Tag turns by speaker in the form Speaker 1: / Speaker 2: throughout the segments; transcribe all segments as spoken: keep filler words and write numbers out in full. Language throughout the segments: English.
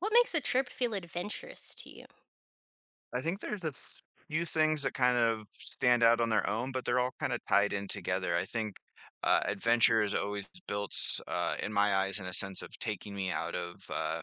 Speaker 1: What makes a trip feel adventurous to you?
Speaker 2: I think there's a s- few things that kind of stand out on their own, but they're all kind of tied in together. I think uh,
Speaker 1: Okay.
Speaker 2: adventure is always built, uh, in my eyes, in a sense of taking me out of uh,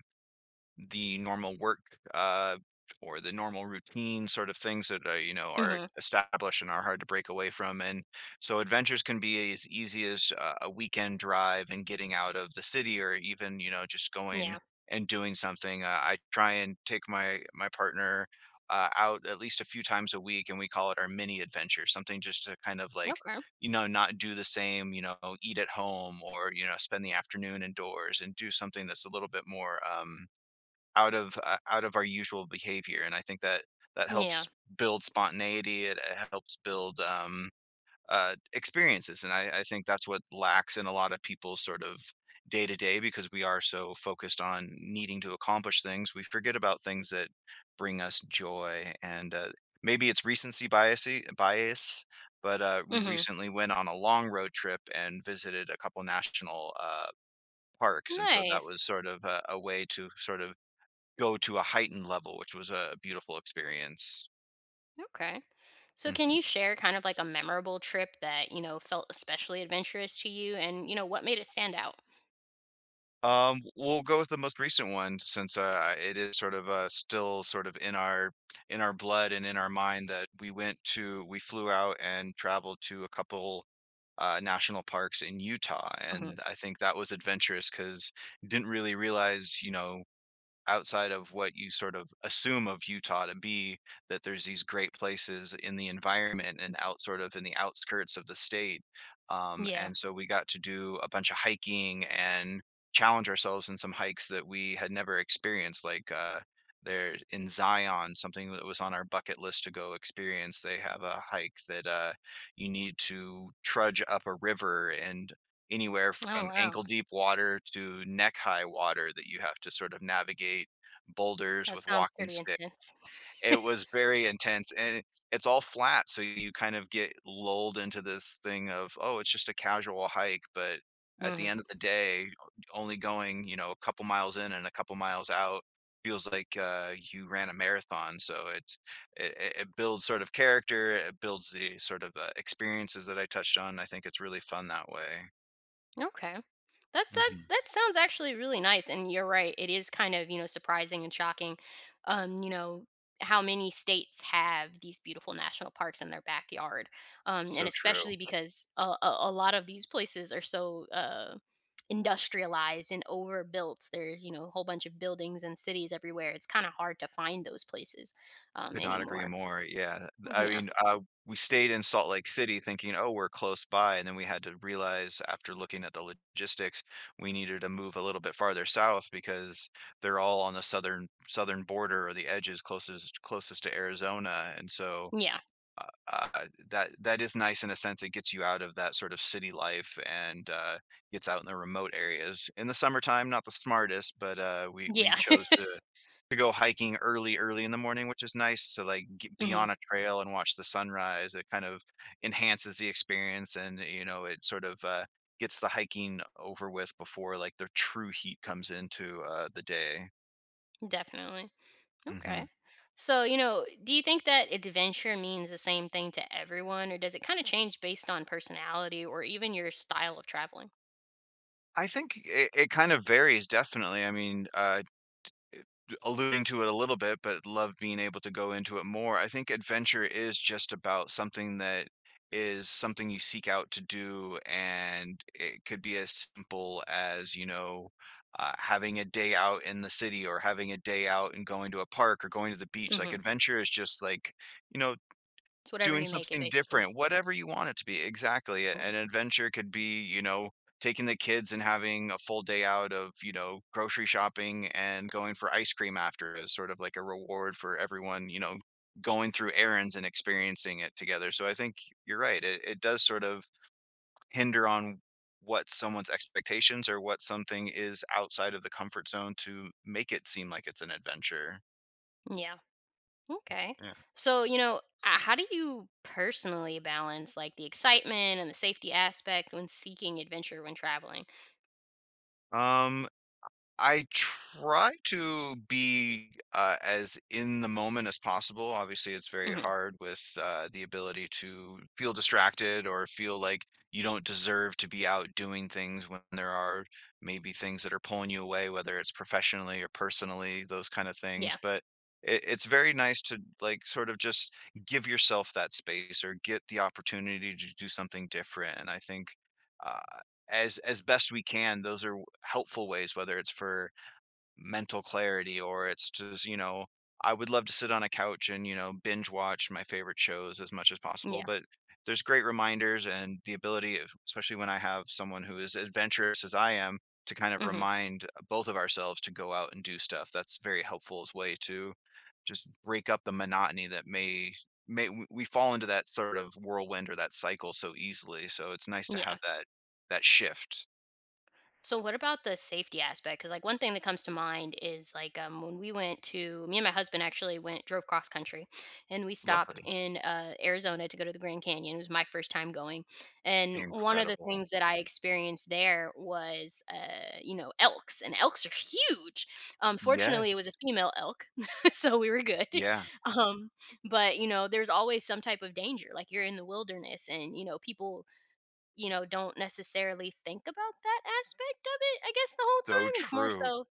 Speaker 2: the normal work uh, or the normal routine sort of things that are, you know, are
Speaker 1: Mhm.
Speaker 2: established and are hard to break away from. And so adventures can be as easy as uh, a weekend drive and getting out of the city, or even, you know, just going
Speaker 1: Yeah.
Speaker 2: and doing something. Uh, I try and take my my partner. Uh, out at least a few times a week, and we call it our mini adventure, something just to kind of like,
Speaker 1: Okay.
Speaker 2: you know, not do the same, you know, eat at home or, you know, spend the afternoon indoors and do something that's a little bit more um out of uh, out of our usual behavior, and I think that that
Speaker 1: Yeah.
Speaker 2: helps build spontaneity. It, uh, helps build um, uh, experiences, and I, I think that's what lacks in a lot of people's sort of day to day, because we are so focused on needing to accomplish things, we forget about things that bring us joy. And uh, maybe it's recency bias, bias, but uh, we
Speaker 1: Mhm.
Speaker 2: recently went on a long road trip and visited a couple national uh, parks, and so that was
Speaker 1: Nice.
Speaker 2: sort of a, a way to sort of go to a heightened level, which was a beautiful experience.
Speaker 1: Okay. So can
Speaker 2: Mhm.
Speaker 1: you share kind of like a memorable trip that, you know, felt especially adventurous to you and, you know, what made it stand out?
Speaker 2: Um, we'll go with the most recent one, since uh, it is sort of uh, still sort of in our in our blood and in our mind that we went to we flew out and traveled to a couple uh, national parks in Utah,
Speaker 1: Mhm.
Speaker 2: and I think that was adventurous because didn't really realize, you know, outside of what you sort of assume of Utah to be, that there's these great places in the environment and out sort of in the outskirts of the state. Um,
Speaker 1: Yeah.
Speaker 2: and so we got to do a bunch of hiking and challenge ourselves in some hikes that we had never experienced, like uh, there in Zion, something that was on our bucket list to go experience. They have a hike that uh, you need to trudge up a river and anywhere
Speaker 1: Oh,
Speaker 2: from
Speaker 1: wow.
Speaker 2: ankle deep water to neck high water, that you have to sort of navigate boulders
Speaker 1: That
Speaker 2: with
Speaker 1: sounds
Speaker 2: walking
Speaker 1: pretty
Speaker 2: stick.
Speaker 1: intense.
Speaker 2: It was very intense, and it's all flat. So you kind of get lulled into this thing of, oh, it's just a casual hike. But at the
Speaker 1: Mhm.
Speaker 2: end of the day, only going, you know, a couple miles in and a couple miles out feels like uh, you ran a marathon. So it's, it, it it builds sort of character. It builds the sort of uh, experiences that I touched on. I think it's really fun that way.
Speaker 1: Okay. That's that that sounds actually really nice, and you're right. It is kind of, you know, surprising and shocking, um, you know, how many states have these beautiful national parks in their backyard, um, and
Speaker 2: So true.
Speaker 1: especially because a, a, a lot of these places are so uh, industrialized and overbuilt. There's, you know, a whole bunch of buildings and cities everywhere. It's kind of hard to find those places um,
Speaker 2: Could not agree
Speaker 1: anymore.
Speaker 2: more. Yeah. I
Speaker 1: Yeah,
Speaker 2: mean, uh, we stayed in Salt Lake City thinking, oh, we're close by. And then we had to realize, after looking at the logistics, we needed to move a little bit farther south, because they're all on the southern southern border or the edges closest closest to Arizona. And so
Speaker 1: yeah,
Speaker 2: uh, that that is nice in a sense. It gets you out of that sort of city life and uh, gets out in the remote areas. In the summertime, not the smartest, but uh, we we
Speaker 1: yeah.
Speaker 2: chose to to go hiking early, early in the morning, which is nice to like g be
Speaker 1: Hmm.
Speaker 2: on a trail and watch the sunrise. It kind of enhances the experience, and, you know, it sort of, uh, gets the hiking over with before like the true heat comes into, uh, the day.
Speaker 1: Definitely. Okay.
Speaker 2: Mhm.
Speaker 1: So, you know, do you think that adventure means the same thing to everyone, or does it kind of change based on personality or even your style of traveling?
Speaker 2: I think it it kind of varies definitely. I mean, uh alluding to it a little bit, but love being able to go into it more. I think adventure is just about something that is something you seek out to do, and it could be as simple as, you know, uh, having a day out in the city, or having a day out and going to a park or going to the beach. Like
Speaker 1: Hmm.
Speaker 2: adventure is just like, you know,
Speaker 1: It's whatever
Speaker 2: doing
Speaker 1: you make it,
Speaker 2: something
Speaker 1: basically.
Speaker 2: different, whatever you want it to be. Exactly. A-
Speaker 1: Yeah.
Speaker 2: An adventure could be, you know, taking the kids and having a full day out of, you know, grocery shopping and going for ice cream after, as sort of like a reward for everyone, you know, going through errands and experiencing it together. So I think you're right. It, it does sort of hinder on what someone's expectations or what something is outside of the comfort zone to make it seem like it's an adventure.
Speaker 1: Yeah. Okay.
Speaker 2: Yeah.
Speaker 1: So, you know, uh, how do you personally balance like the excitement and the safety aspect when seeking adventure when traveling?
Speaker 2: Um, I try to be uh, as in the moment as possible. Obviously, it's very
Speaker 1: Hmm.
Speaker 2: hard with uh, the ability to feel distracted or feel like you don't deserve to be out doing things when there are maybe things that are pulling you away, whether it's professionally or personally, those kind of things.
Speaker 1: Yeah.
Speaker 2: But it, it's very nice to like sort of just give yourself that space or get the opportunity to do something different. And I think uh, as as best we can, those are helpful ways, whether it's for mental clarity or it's just, you know, I would love to sit on a couch and, you know, binge watch my favorite shows as much as possible.
Speaker 1: Yeah.
Speaker 2: But there's great reminders and the ability, of- especially when I have someone who is adventurous as I am, to kind of
Speaker 1: Hmm.
Speaker 2: remind both of ourselves to go out and do stuff. That's very helpful as way to just break up the monotony that may may we we fall into that sort of whirlwind or that cycle so easily. So it's nice to have
Speaker 1: Yeah.
Speaker 2: that that shift.
Speaker 1: So what about the safety aspect? Because like one thing that comes to mind is like um, when we went to me and my husband actually went drove cross country, and we stopped
Speaker 2: Lovely.
Speaker 1: in uh, Arizona to go to the Grand Canyon. It was my first time going, and one of the
Speaker 2: Incredible.
Speaker 1: things that I experienced there was uh, you know elks, and elks are huge. Um, fortunately,
Speaker 2: Yes.
Speaker 1: it was a female elk, so we were good.
Speaker 2: Yeah.
Speaker 1: Um, but you know, there's always some type of danger. Like you're in the wilderness, and you know people you know, don't necessarily think about that aspect of it, I guess, the whole
Speaker 2: So
Speaker 1: time. It's more
Speaker 2: true.
Speaker 1: so,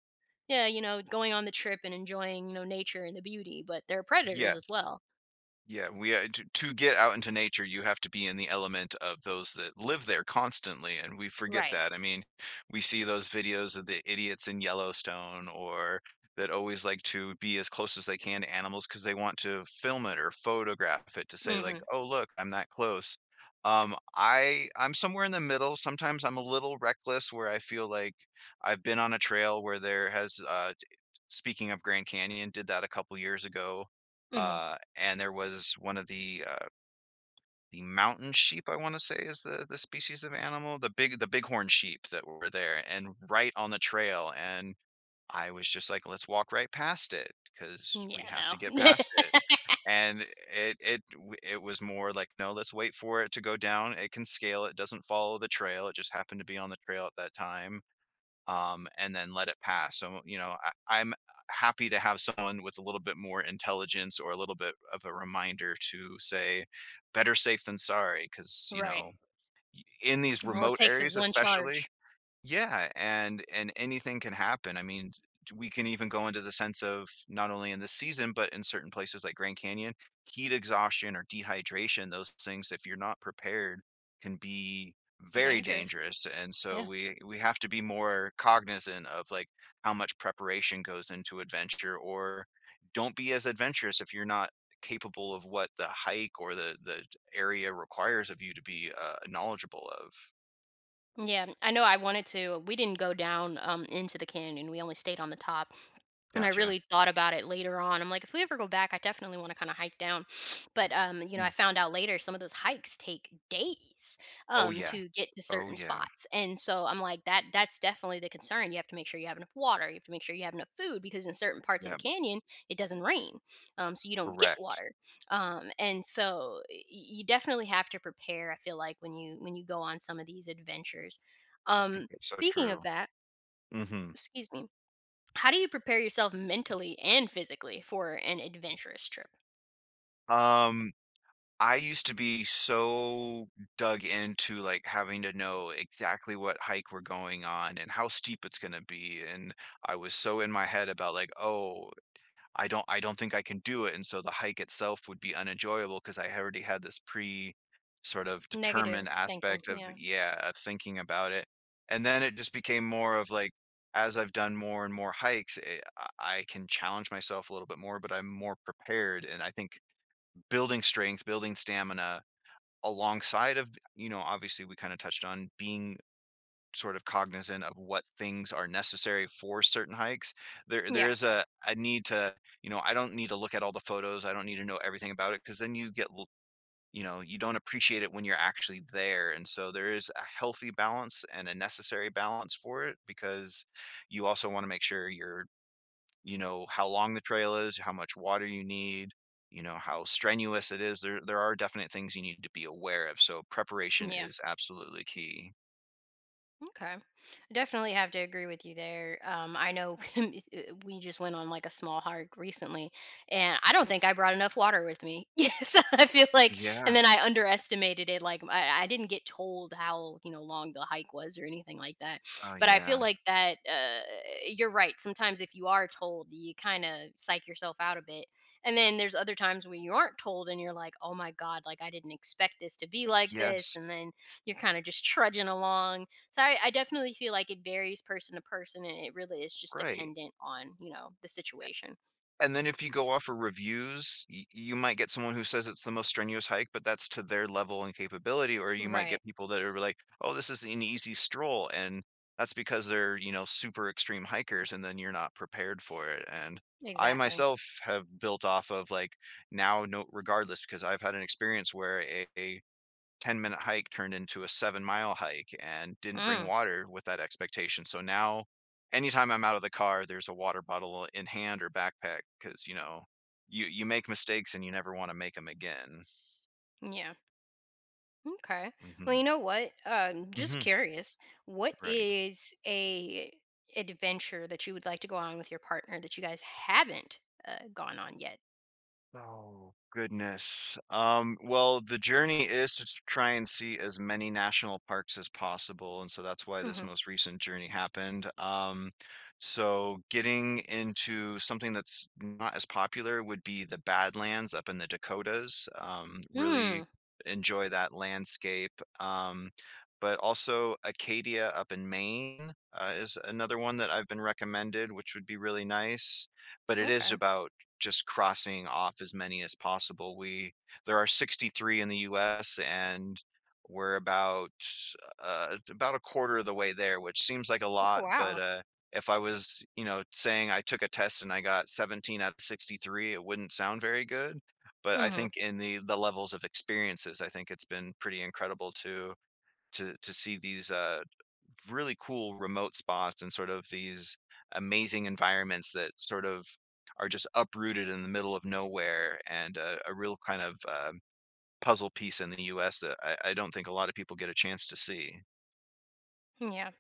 Speaker 1: yeah, you know, going on the trip and enjoying, you know, nature and the beauty, but there are predators as
Speaker 2: Yes.
Speaker 1: well.
Speaker 2: Yeah, we uh, to to get out into nature, you have to be in the element of those that live there constantly, and we forget
Speaker 1: Right.
Speaker 2: that. I mean, we see those videos of the idiots in Yellowstone, or that always like to be as close as they can to animals because they want to film it or photograph it to say like,
Speaker 1: Mhm.
Speaker 2: "Oh, look, I'm that close." Um, I I'm somewhere in the middle. Sometimes I'm a little reckless, where I feel like I've been on a trail where there has uh speaking of Grand Canyon, did that a couple years ago.
Speaker 1: Mhm.
Speaker 2: Uh, and there was one of the uh, the mountain sheep, I want to say is the the species of animal, the big the bighorn sheep that were there and right on the trail. And I was just like, let's walk right past it because we
Speaker 1: Yeah,
Speaker 2: have
Speaker 1: no.
Speaker 2: to get past it. And it it w- it was more like, no, let's wait for it to go down. It can scale. It doesn't follow the trail. It just happened to be on the trail at that time, um, and then let it pass. So, you know, I, I'm happy to have someone with a little bit more intelligence or a little bit of a reminder to say, better safe than sorry, because, you
Speaker 1: Right.
Speaker 2: know, y- in these
Speaker 1: All it
Speaker 2: remote
Speaker 1: takes is
Speaker 2: areas,
Speaker 1: one
Speaker 2: especially,
Speaker 1: charge.
Speaker 2: yeah, and and anything can happen. I mean, t- we can even go into the sense of not only in this season, but in certain places like Grand Canyon, heat exhaustion or dehydration, those things, if you're not prepared, can be very
Speaker 1: Dangerous.
Speaker 2: dangerous. And so
Speaker 1: Yeah.
Speaker 2: we we have to be more cognizant of like how much preparation goes into adventure, or don't be as adventurous if you're not capable of what the hike or the the area requires of you to be uh, knowledgeable of.
Speaker 1: Yeah, I know I wanted to we didn't go down, um, into the canyon, we only stayed on the top. And I
Speaker 2: Gotcha.
Speaker 1: really thought about it later on. I'm like, if we ever go back, I definitely want to kind of hike down. But um, you know, I
Speaker 2: Mm.
Speaker 1: found out later some of those hikes take days
Speaker 2: Oh
Speaker 1: um
Speaker 2: yeah.
Speaker 1: to get to
Speaker 2: Oh,
Speaker 1: certain
Speaker 2: yeah.
Speaker 1: spots. And so I'm like, that that's definitely the concern. You have to make sure you have enough water, you have to make sure you have enough food because in certain parts of
Speaker 2: Yeah,
Speaker 1: the canyon it doesn't rain. Um, so you don't get
Speaker 2: correct.
Speaker 1: water. Um, and so y- you definitely have to prepare, I feel like, when you when you go on some of these adventures.
Speaker 2: I think
Speaker 1: Um,
Speaker 2: it's so
Speaker 1: speaking
Speaker 2: true.
Speaker 1: of that,
Speaker 2: Mhm.
Speaker 1: excuse me, how do you prepare yourself mentally and physically for an adventurous trip?
Speaker 2: Um, I used to be so dug into, like, having to know exactly what hike we're going on and how steep it's gonna be, and I was so in my head about, like, "Oh, I don't I don't think I can do it." And so the hike itself would be unenjoyable because I already had this pre sort of determined
Speaker 1: Negative thinking.
Speaker 2: aspect of,
Speaker 1: Yeah.
Speaker 2: yeah, of thinking about it. And then it just became more of like, as I've done more and more hikes, it, I I can challenge myself a little bit more, but I'm more prepared. And I think building strength, building stamina alongside of, you know, obviously we kind of touched on being sort of cognizant of what things are necessary for certain hikes. There there
Speaker 1: Yeah.
Speaker 2: is a a need to, you know, I don't need to look at all the photos. I don't need to know everything about it, because then you get, l- you know, you don't appreciate it when you're actually there. And so there is a healthy balance and a necessary balance for it because you also want to make sure you're, you know, how long the trail is, how much water you need, you know, how strenuous it is. There there are definite things you need to be aware of. So preparation
Speaker 1: Yeah.
Speaker 2: is absolutely key.
Speaker 1: Okay. Definitely have to agree with you there. Um, I know. We just went on like a small hike recently, and I don't think I brought enough water with me. Yes, I feel like,
Speaker 2: Yeah.
Speaker 1: and then I underestimated it. Like, I, I didn't get told how, you know, long the hike was or anything like that.
Speaker 2: Oh
Speaker 1: But I feel
Speaker 2: yeah.
Speaker 1: like that uh, you're right. Sometimes if you are told, you kind of psych yourself out a bit. And then there's other times when you aren't told and you're like, oh my God, like I didn't expect this to be like this. And
Speaker 2: Yes,
Speaker 1: then you're kind of just trudging along, so I, I definitely feel like it varies person to person and it really is just
Speaker 2: right,
Speaker 1: dependent on, you know, the situation.
Speaker 2: and then if you go off of reviews, y you might get someone who says it's the most strenuous hike, but that's to their level and capability, or you might
Speaker 1: Right.
Speaker 2: get people that are like, "Oh, this is an easy stroll," and that's because they're, you know, super extreme hikers, and then you're not prepared for it, and I
Speaker 1: Exactly.
Speaker 2: myself have built off of, like, now no regardless, because I've had an experience where a ten minute hike turned into a seven mile hike and didn't bring
Speaker 1: Mm,
Speaker 2: water with that expectation. So now, anytime I'm out of the car, there's a water bottle in hand or backpack because, you know, you, you make mistakes and you never want to make them again.
Speaker 1: yeah. Okay. Well, you
Speaker 2: hmm
Speaker 1: know what? Um, just
Speaker 2: hmm
Speaker 1: curious. What
Speaker 2: Right.
Speaker 1: is a adventure that you would like to go on with your partner that you guys haven't uh, gone on yet?
Speaker 2: Oh, goodness. Um, well, the journey is to s- try and see as many national parks as possible, and so that's why this
Speaker 1: Mm-hmm.
Speaker 2: most recent journey happened. Um, so getting into something that's not as popular would be the Badlands up in the Dakotas. Um, really
Speaker 1: Hmm.
Speaker 2: enjoy that landscape. Um, but also Acadia up in Maine, uh, is another one that I've been recommended, which would be really nice. But it is
Speaker 1: Okay.
Speaker 2: about just crossing off as many as possible. We There are sixty-three in the U S, and we're about uh, about a quarter of the way there, which seems like a
Speaker 1: Oh,
Speaker 2: lot, but
Speaker 1: wow.
Speaker 2: uh, if I was, you know, saying I took a test and I got seventeen out of sixty-three, it wouldn't sound very good. But I
Speaker 1: Mm-hmm.
Speaker 2: think in the the levels of experiences, I think it's been pretty incredible to to to see these uh, really cool remote spots and sort of these amazing environments that sort of are just uprooted in the middle of nowhere, and uh, a real kind of um, puzzle piece in the U S that I, I don't think a lot of people get a chance to see.
Speaker 1: Yeah.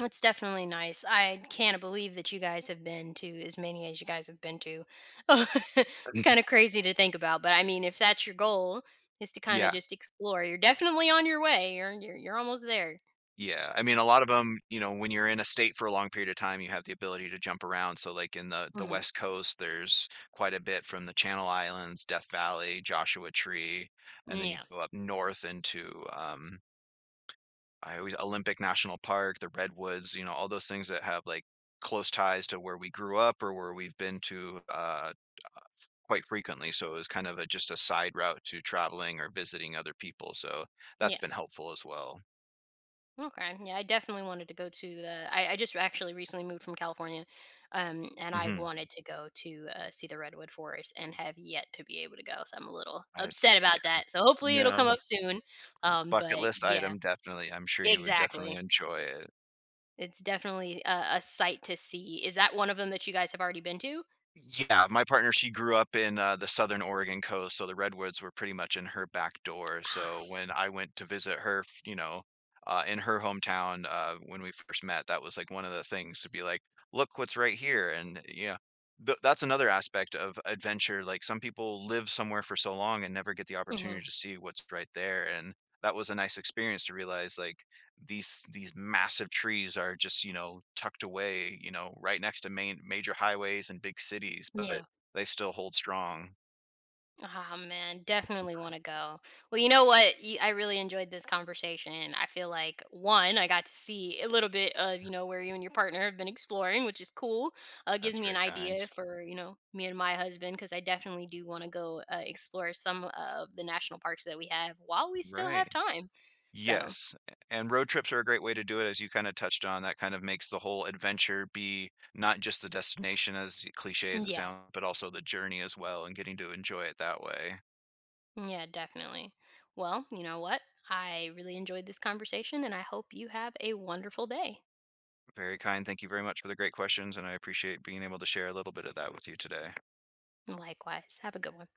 Speaker 1: It's definitely nice. I can't believe that you guys have been to as many as you guys have been to. It's
Speaker 2: Mm.
Speaker 1: kind of crazy to think about, but I mean, if that's your goal, is to kind of
Speaker 2: Yeah,
Speaker 1: just explore, you're definitely on your way. You're you're, you're almost there.
Speaker 2: yeah. I mean, a lot of them, you know, when you're in a state for a long period of time, you have the ability to jump around. So, like in the the
Speaker 1: Hmm.
Speaker 2: West Coast, there's quite a bit from the Channel Islands, Death Valley, Joshua Tree, and then you
Speaker 1: Yeah.
Speaker 2: go up north into um, I always Olympic National Park, the Redwoods, you know, all those things that have, like, close ties to where we grew up or where we've been to, uh, quite frequently, so it was kind of a just a side route to traveling or visiting other people, so that's
Speaker 1: Yeah.
Speaker 2: been helpful as well.
Speaker 1: Okay. Yeah, I definitely wanted to go to the. I, I just actually recently moved from California, um, and I
Speaker 2: Mhm.
Speaker 1: wanted to go to uh, see the redwood forest and have yet to be able to go. So I'm a little upset
Speaker 2: It's yeah.
Speaker 1: about that. So hopefully it'll
Speaker 2: No,
Speaker 1: come up soon. Um,
Speaker 2: bucket
Speaker 1: but
Speaker 2: list
Speaker 1: yeah,
Speaker 2: item, definitely, I'm sure you would definitely
Speaker 1: exactly.
Speaker 2: enjoy it.
Speaker 1: It's definitely a a sight to see. Is that one of them that you guys have already been to?
Speaker 2: Yeah, my partner, she grew up in, uh, the Southern Oregon coast, so the redwoods were pretty much in her back door, so
Speaker 1: Ah,
Speaker 2: when I went to visit her, f you know, uh, in her hometown, uh, when we first met, that was, like, one of the things to be like, "Look what's right here," and, yeah. Th That's another aspect of adventure, like, some people live somewhere for so long and never get the
Speaker 1: mhm,
Speaker 2: opportunity to see what's right there, and that was a nice experience to realize, like, these these massive trees are just, you know, tucked away, you know, right next to main major highways and big cities, but
Speaker 1: yeah.
Speaker 2: they still hold strong.
Speaker 1: Ah, man, definitely wanna go. Well, you know what? Y I really enjoyed this conversation. I feel like, one, I got to see a little bit of, you know, where you and your partner have been exploring, which is cool. Uh, gives
Speaker 2: That's
Speaker 1: me an
Speaker 2: very kind.
Speaker 1: idea for, you know, me and my husband because I definitely do wanna go, uh, explore some of the national parks that we have while we still
Speaker 2: Right.
Speaker 1: have time. So,
Speaker 2: Yes, a- and road trips are a great way to do it, as you kind of touched on, that kind of makes the whole adventure be not just the destination, as cliche as it
Speaker 1: yeah.
Speaker 2: sounds, but also the journey as well, and getting to enjoy it that way.
Speaker 1: Yeah, definitely. Well, you know what? I really enjoyed this conversation and I hope you have a wonderful day.
Speaker 2: Very kind. Thank you very much for the great questions, and I appreciate being able to share a little bit of that with you today.
Speaker 1: Likewise. Have a good one.